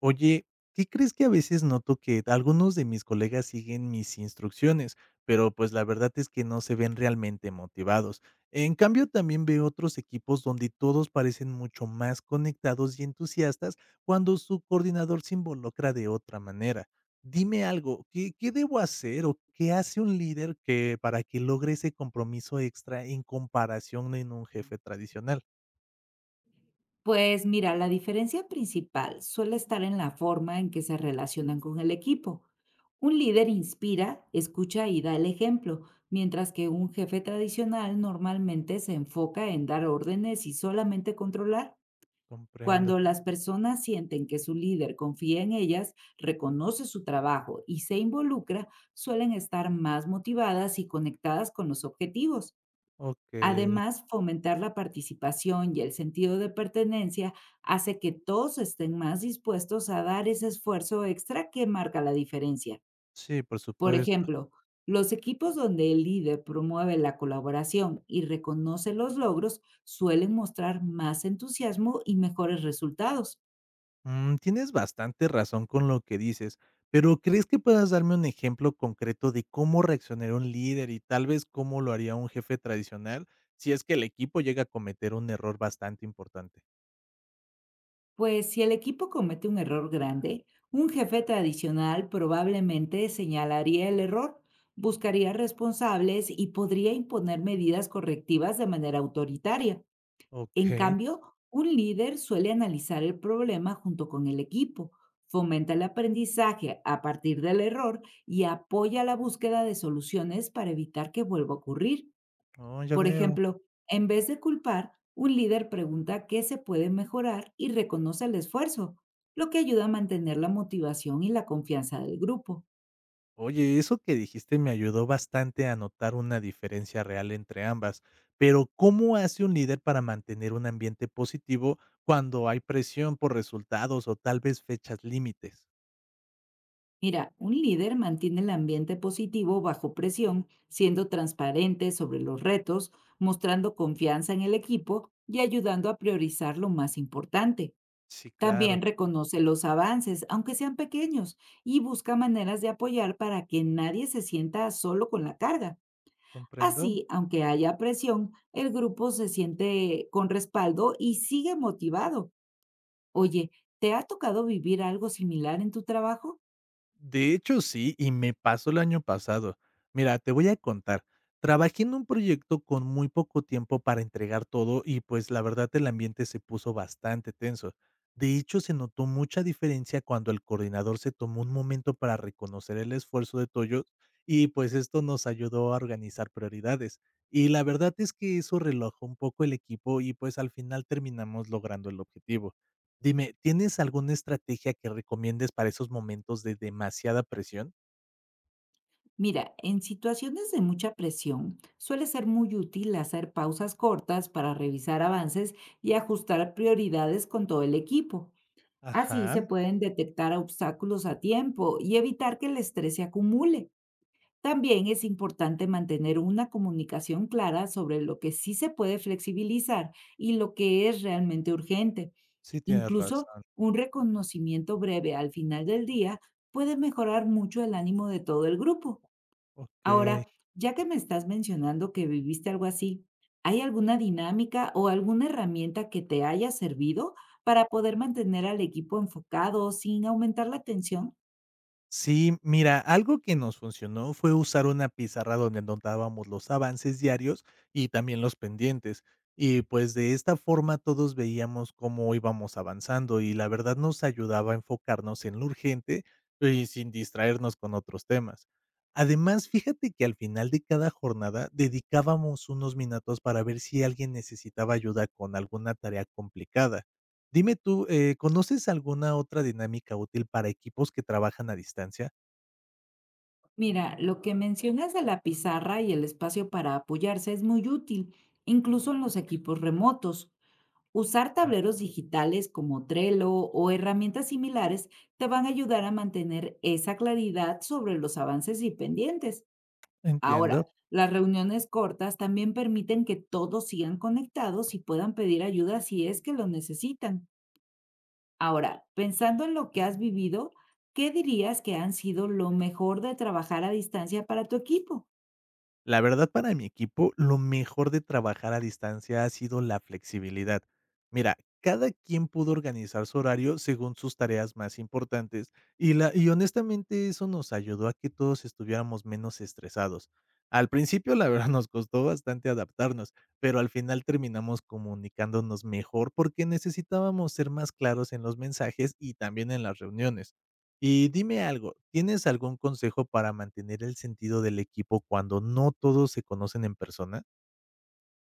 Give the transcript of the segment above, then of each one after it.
Oye, ¿qué crees que a veces noto que algunos de mis colegas siguen mis instrucciones, pero pues la verdad es que no se ven realmente motivados? En cambio, también veo otros equipos donde todos parecen mucho más conectados y entusiastas cuando su coordinador se involucra de otra manera. Dime algo, ¿qué debo hacer o qué hace un líder que para que logre ese compromiso extra en comparación en un jefe tradicional? Pues mira, la diferencia principal suele estar en la forma en que se relacionan con el equipo. Un líder inspira, escucha y da el ejemplo, mientras que un jefe tradicional normalmente se enfoca en dar órdenes y solamente controlar. Comprendo. Cuando las personas sienten que su líder confía en ellas, reconoce su trabajo y se involucra, suelen estar más motivadas y conectadas con los objetivos. Ok. Además, fomentar la participación y el sentido de pertenencia hace que todos estén más dispuestos a dar ese esfuerzo extra que marca la diferencia. Sí, por Por supuesto. ejemplo, los equipos donde el líder promueve la colaboración y reconoce los logros suelen mostrar más entusiasmo y mejores resultados. Mm, tienes bastante razón con lo que dices, pero ¿crees que puedas darme un ejemplo concreto de cómo reaccionaría un líder y tal vez cómo lo haría un jefe tradicional si es que el equipo llega a cometer un error bastante importante? Pues si el equipo comete un error grande, un jefe tradicional probablemente señalaría el error, buscaría responsables y podría imponer medidas correctivas de manera autoritaria. Ok. En cambio, un líder suele analizar el problema junto con el equipo, fomenta el aprendizaje a partir del error y apoya la búsqueda de soluciones para evitar que vuelva a ocurrir. Oh, ya Por veo. ejemplo, en vez de culpar, un líder pregunta qué se puede mejorar y reconoce el esfuerzo, lo que ayuda a mantener la motivación y la confianza del grupo. Oye, eso que dijiste me ayudó bastante a notar una diferencia real entre ambas, pero ¿cómo hace un líder para mantener un ambiente positivo cuando hay presión por resultados o tal vez fechas límites? Mira, un líder mantiene el ambiente positivo bajo presión, siendo transparente sobre los retos, mostrando confianza en el equipo y ayudando a priorizar lo más importante. Sí, claro, También reconoce los avances, aunque sean pequeños, y busca maneras de apoyar para que nadie se sienta solo con la carga. comprendo. Así, aunque haya presión, el grupo se siente con respaldo y sigue motivado. Oye, ¿te ha tocado vivir algo similar en tu trabajo? De hecho, sí, y me pasó el año pasado. Mira, te voy a contar. Trabajé en un proyecto con muy poco tiempo para entregar todo y pues la verdad el ambiente se puso bastante tenso. De hecho, se notó mucha diferencia cuando el coordinador se tomó un momento para reconocer el esfuerzo de Toyo y pues esto nos ayudó a organizar prioridades. Y la verdad es que eso relajó un poco el equipo y pues al final terminamos logrando el objetivo. Dime, ¿tienes alguna estrategia que recomiendes para esos momentos de demasiada presión? Mira, en situaciones de mucha presión, suele ser muy útil hacer pausas cortas para revisar avances y ajustar prioridades con todo el equipo. Así Ajá, se pueden detectar obstáculos a tiempo y evitar que el estrés se acumule. También es importante mantener una comunicación clara sobre lo que sí se puede flexibilizar y lo que es realmente urgente. sí tienes Incluso razón. un reconocimiento breve al final del día puede mejorar mucho el ánimo de todo el grupo. Ahora, Ok. ya que me estás mencionando que viviste algo así, ¿hay alguna dinámica o alguna herramienta que te haya servido para poder mantener al equipo enfocado sin aumentar la tensión? Sí, mira, algo que nos funcionó fue usar una pizarra donde anotábamos los avances diarios y también los pendientes. Y pues de esta forma todos veíamos cómo íbamos avanzando y la verdad nos ayudaba a enfocarnos en lo urgente y sin distraernos con otros temas. Además, fíjate que al final de cada jornada dedicábamos unos minutos para ver si alguien necesitaba ayuda con alguna tarea complicada. Dime tú, ¿conoces alguna otra dinámica útil para equipos que trabajan a distancia? Mira, lo que mencionas de la pizarra y el espacio para apoyarse es muy útil, incluso en los equipos remotos. Usar Ya. tableros digitales como Trello o herramientas similares te van a ayudar a mantener esa claridad sobre los avances y pendientes. Entiendo. Ahora, las reuniones cortas también permiten que todos sigan conectados y puedan pedir ayuda si es que lo necesitan. Ahora, pensando en lo que has vivido, ¿qué dirías que han sido lo mejor de trabajar a distancia para tu equipo? La verdad, para mi equipo, lo mejor de trabajar a distancia ha sido la flexibilidad. Mira, cada quien pudo organizar su horario según sus tareas más importantes y honestamente eso nos ayudó a que todos estuviéramos menos estresados. Al principio, la verdad, nos costó bastante adaptarnos, pero al final terminamos comunicándonos mejor porque necesitábamos ser más claros en los mensajes y también en las reuniones. Y dime algo, ¿tienes algún consejo para mantener el sentido del equipo cuando no todos se conocen en persona?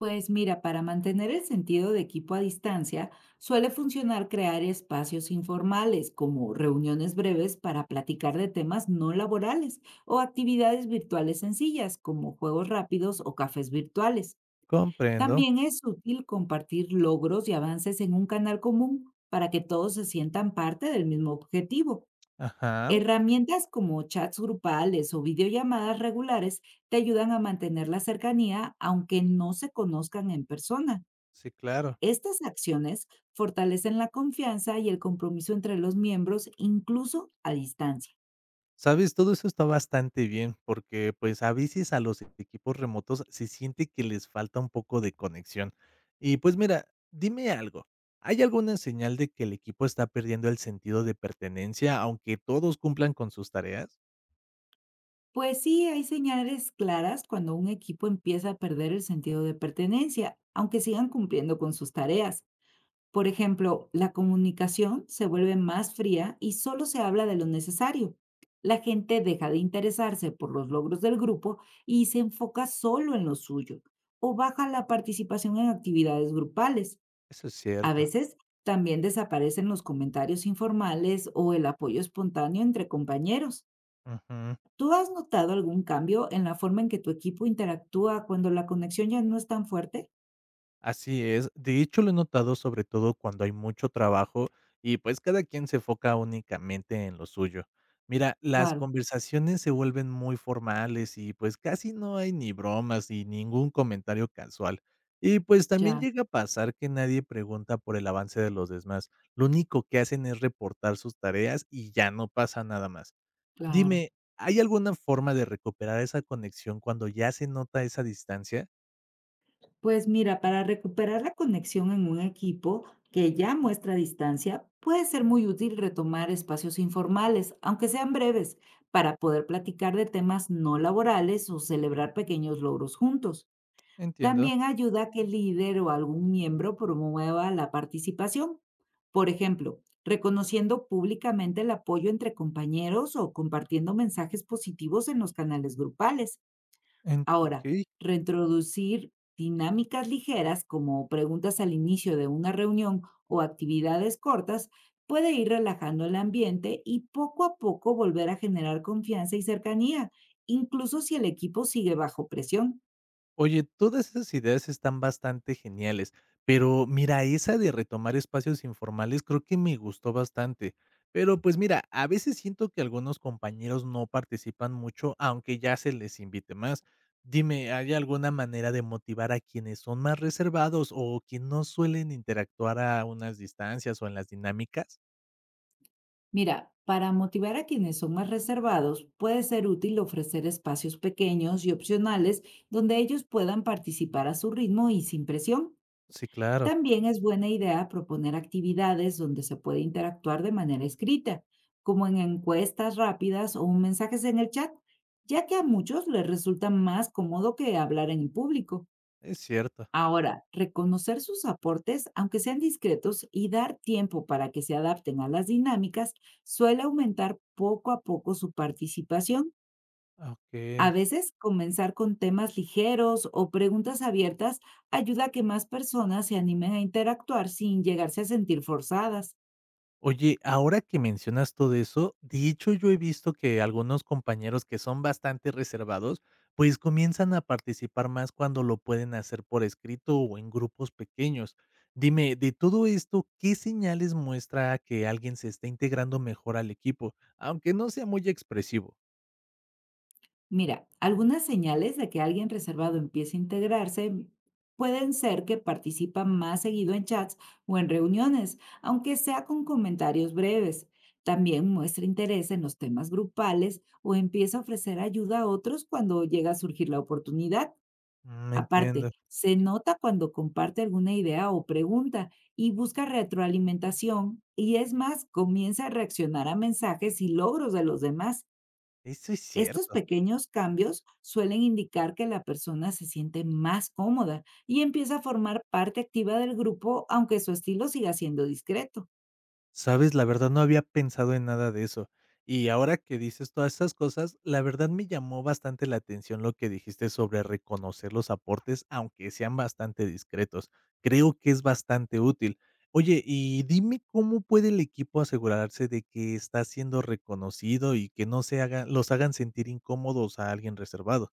Pues mira, para mantener el sentido de equipo a distancia, suele funcionar crear espacios informales, como reuniones breves para platicar de temas no laborales o actividades virtuales sencillas, como juegos rápidos o cafés virtuales. Comprendo. También es útil compartir logros y avances en un canal común para que todos se sientan parte del mismo objetivo. Ajá. Herramientas como chats grupales o videollamadas regulares te ayudan a mantener la cercanía aunque no se conozcan en persona. Sí, claro. Estas acciones fortalecen la confianza y el compromiso entre los miembros, incluso a distancia. Sabes, todo eso está bastante bien porque pues a veces a los equipos remotos se siente que les falta un poco de conexión. Y pues mira, dime algo. ¿Hay alguna señal de que el equipo está perdiendo el sentido de pertenencia aunque todos cumplan con sus tareas? Pues sí, hay señales claras cuando un equipo empieza a perder el sentido de pertenencia, aunque sigan cumpliendo con sus tareas. Por ejemplo, la comunicación se vuelve más fría y solo se habla de lo necesario. La gente deja de interesarse por los logros del grupo y se enfoca solo en lo suyo o baja la participación en actividades grupales. Eso es A cierto. veces también desaparecen los comentarios informales o el apoyo espontáneo entre compañeros. Ujú. ¿Tú has notado algún cambio en la forma en que tu equipo interactúa cuando la conexión ya no es tan fuerte? Así es. De hecho, lo he notado sobre todo cuando hay mucho trabajo y pues cada quien se enfoca únicamente en lo suyo. Mira, las Claro, conversaciones se vuelven muy formales y pues casi no hay ni bromas ni ningún comentario casual. Y pues también ya, llega a pasar que nadie pregunta por el avance de los demás. Lo único que hacen es reportar sus tareas y ya no pasa nada más. claro. Dime, ¿hay alguna forma de recuperar esa conexión cuando ya se nota esa distancia? Pues mira, para recuperar la conexión en un equipo que ya muestra distancia, puede ser muy útil retomar espacios informales, aunque sean breves, para poder platicar de temas no laborales o celebrar pequeños logros juntos. Entiendo. También ayuda a que el líder o algún miembro promueva la participación. Por ejemplo, reconociendo públicamente el apoyo entre compañeros o compartiendo mensajes positivos en los canales grupales. Ok. Ahora, reintroducir dinámicas ligeras como preguntas al inicio de una reunión o actividades cortas puede ir relajando el ambiente y poco a poco volver a generar confianza y cercanía, incluso si el equipo sigue bajo presión. Oye, todas esas ideas están bastante geniales, pero mira, esa de retomar espacios informales creo que me gustó bastante. Pero pues mira, a veces siento que algunos compañeros no participan mucho, aunque ya se les invite más. Dime, ¿hay alguna manera de motivar a quienes son más reservados o que no suelen interactuar a unas distancias o en las dinámicas? Mira, para motivar a quienes son más reservados, puede ser útil ofrecer espacios pequeños y opcionales donde ellos puedan participar a su ritmo y sin presión. Sí, claro, También es buena idea proponer actividades donde se puede interactuar de manera escrita, como en encuestas rápidas o mensajes en el chat, ya que a muchos les resulta más cómodo que hablar en público. es cierto. Ahora, reconocer sus aportes, aunque sean discretos, y dar tiempo para que se adapten a las dinámicas suele aumentar poco a poco su participación. Ok. A veces comenzar con temas ligeros o preguntas abiertas ayuda a que más personas se animen a interactuar sin llegarse a sentir forzadas. Oye, ahora que mencionas todo eso, de hecho, yo he visto que algunos compañeros que son bastante reservados, pues comienzan a participar más cuando lo pueden hacer por escrito o en grupos pequeños. Dime, de todo esto, ¿qué señales muestra que alguien se está integrando mejor al equipo, aunque no sea muy expresivo? Mira, algunas señales de que alguien reservado empiece a integrarse pueden ser que participa más seguido en chats o en reuniones, aunque sea con comentarios breves. También muestra interés en los temas grupales o empieza a ofrecer ayuda a otros cuando llega a surgir la oportunidad. Mm, Aparte, entiendo. se nota cuando comparte alguna idea o pregunta y busca retroalimentación y es más, comienza a reaccionar a mensajes y logros de los demás. Eso es Estos cierto. pequeños cambios suelen indicar que la persona se siente más cómoda y empieza a formar parte activa del grupo aunque su estilo siga siendo discreto. Sabes, la verdad no había pensado en nada de eso. Y ahora que dices todas esas cosas, la verdad me llamó bastante la atención lo que dijiste sobre reconocer los aportes, aunque sean bastante discretos. Creo que es bastante útil. Oye, y dime cómo puede el equipo asegurarse de que está siendo reconocido y que no se haga, los hagan sentir incómodos a alguien reservado.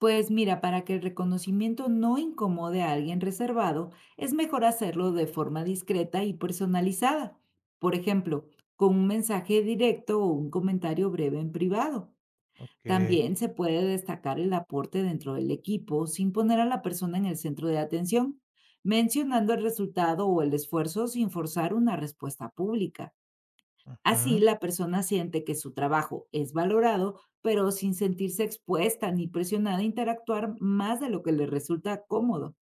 Pues mira, para que el reconocimiento no incomode a alguien reservado, es mejor hacerlo de forma discreta y personalizada. Por ejemplo, con un mensaje directo o un comentario breve en privado. Ok, También se puede destacar el aporte dentro del equipo sin poner a la persona en el centro de atención, mencionando el resultado o el esfuerzo sin forzar una respuesta pública. Así, ujú, la persona siente que su trabajo es valorado, pero sin sentirse expuesta ni presionada a interactuar más de lo que le resulta cómodo.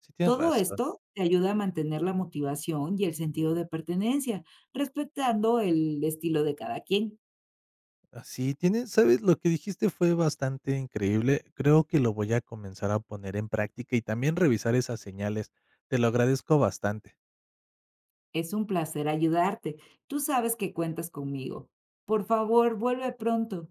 sí tienes Todo razón. esto te ayuda a mantener la motivación y el sentido de pertenencia, respetando el estilo de cada quien. Así tiene, ¿sabes? Lo que dijiste fue bastante increíble. Creo que lo voy a comenzar a poner en práctica y también revisar esas señales. Te lo agradezco bastante. Es un placer ayudarte. Tú sabes que cuentas conmigo. Por favor, vuelve pronto.